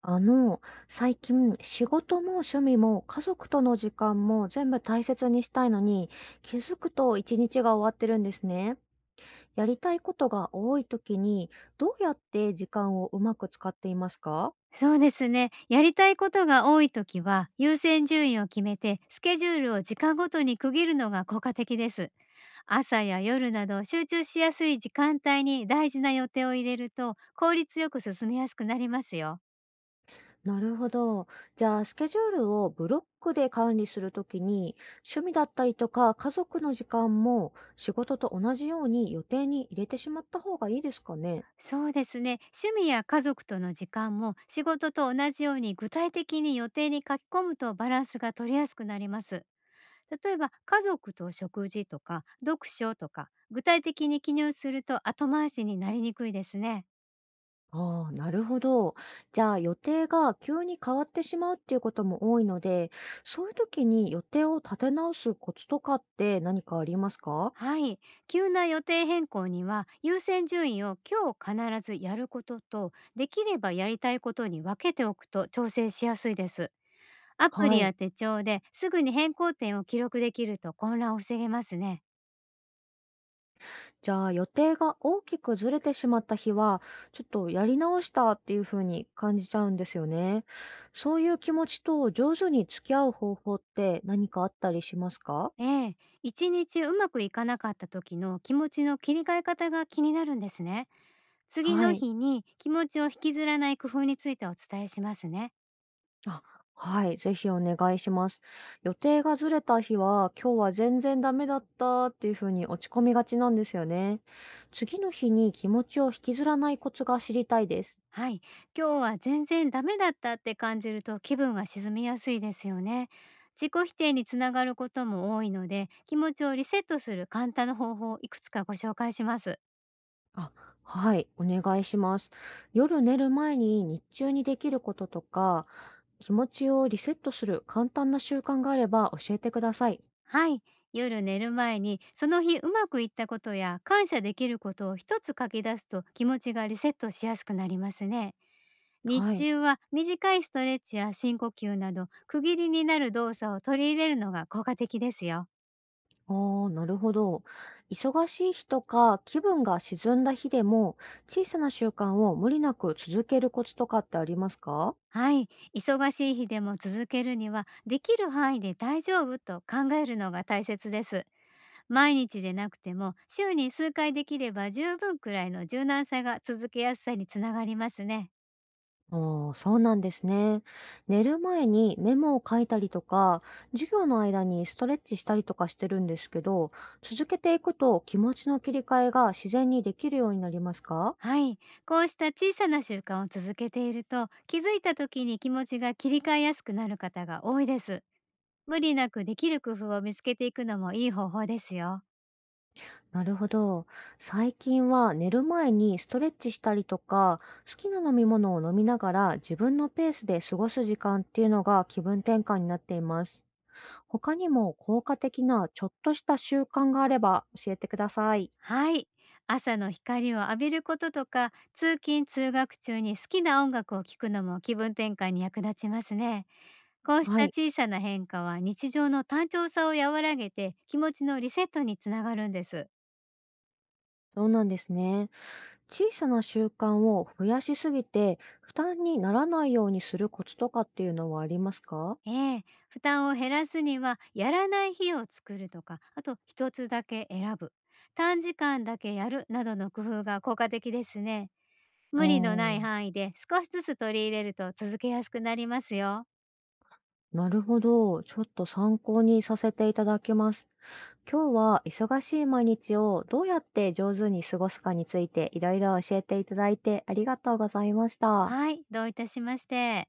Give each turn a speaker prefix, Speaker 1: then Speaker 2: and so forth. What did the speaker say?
Speaker 1: あの、最近仕事も趣味も家族との時間も全部大切にしたいのに、気づくと一日が終わってるんですね。やりたいことが多い時に、どうやって時間をうまく使っていますか？
Speaker 2: そうですね。やりたいことが多いときは、優先順位を決めて、スケジュールを時間ごとに区切るのが効果的です。朝や夜など集中しやすい時間帯に大事な予定を入れると、効率よく進めやすくなりますよ。
Speaker 1: なるほど。じゃあ、スケジュールをブロックで管理するときに、趣味だったりとか家族の時間も仕事と同じように予定に入れてしまった方がいいですかね？
Speaker 2: そうですね。趣味や家族との時間も仕事と同じように具体的に予定に書き込むと、バランスが取りやすくなります。例えば家族と食事とか読書とか、具体的に記入すると後回しになりにくいですね。
Speaker 1: ああ、なるほど。じゃあ予定が急に変わってしまうっていうことも多いので、そういう時に予定を立て直すコツとかって何かありますか？
Speaker 2: はい、急な予定変更には、優先順位を今日必ずやることと、できればやりたいことに分けておくと調整しやすいです。アプリ
Speaker 1: は
Speaker 2: や
Speaker 1: い。
Speaker 2: 手帳ですぐに変更点を記録できると、混乱を防げますね。
Speaker 1: じゃあ予定が大きくずれてしまった日は、ちょっとやり直したっていうふうに感じちゃうんですよね。そういう気持ちと上手に付き合う方法って何かあったりしますか？
Speaker 2: ええ、一日うまくいかなかった時の気持ちの切り替え方が気になるんですね。次
Speaker 1: は
Speaker 2: の
Speaker 1: い。
Speaker 2: 日に気持ちを引きずらない工夫についてお伝えしますね。
Speaker 1: あ、はい、ぜひお願いします。予定がずれた日は、今日は全然ダメだったっていうふうに落ち込みがちなんですよね。次の日に気持ちを引きずらないコツが知りたいです。
Speaker 2: はい、今日は全然ダメだったって感じると、気分が沈みやすいですよね。自己否定につながることも多いので、気持ちをリセットする簡単な方法をいくつかご紹介します。
Speaker 1: あ、はい、お願いします。夜寝る前に日中にできることとか、気持ちをリセットする簡単な習慣があれば教えてください。
Speaker 2: はい、夜寝る前にその日うまくいったことや感謝できることを一つ書き出すと、気持ちがリセットしやすくなりますね。日
Speaker 1: はい。
Speaker 2: 中は短いストレッチや深呼吸など、区切りになる動作を取り入れるのが効果的ですよ。
Speaker 1: ああ、なるほど。忙しい日とか気分が沈んだ日でも小さな習慣を無理なく続けるコツとかってありますか？
Speaker 2: はい、忙しい日でも続けるには、できる範囲で大丈夫と考えるのが大切です。毎日でなくても、週に数回できれば十分くらいの柔軟さが、続けやすさにつながりますね。
Speaker 1: ああ、そうなんですね。寝る前にメモを書いたりとか、授業の間にストレッチしたりとかしてるんですけど、続けていくと気持ちの切り替えが自然にできるようになりますか？
Speaker 2: はい、こうした小さな習慣を続けていると、気づいた時に気持ちが切り替えやすくなる方が多いです。無理なくできる工夫を見つけていくのもいい方法ですよ。
Speaker 1: なるほど。最近は寝る前にストレッチしたりとか、好きな飲み物を飲みながら自分のペースで過ごす時間っていうのが気分転換になっています。他にも効果的なちょっとした習慣があれば教えてください。
Speaker 2: はい。朝の光を浴びることとか、通勤通学中に好きな音楽を聴くのも気分転換に役立ちますね。こうし
Speaker 1: は
Speaker 2: た
Speaker 1: い、
Speaker 2: 小さな変化は、日常の単調さを和らげて気持ちのリセットにつながるんです。
Speaker 1: そうなんですね。小さな習慣を増やしすぎて負担にならないようにするコツとかっていうのはありますか？
Speaker 2: ええ、負担を減らすには、やらない日を作るとか、あと一つだけ選ぶ、短時間だけやるなどの工夫が効果的ですね。無理のない
Speaker 1: ああ、
Speaker 2: 範囲で少しずつ取り入れると続けやすくなりますよ。
Speaker 1: なるほど。ちょっと参考にさせていただきます。今日は忙しい毎日をどうやって上手に過ごすかについていろいろ教えていただいてありがとうございました。
Speaker 2: はい、どういたしまして。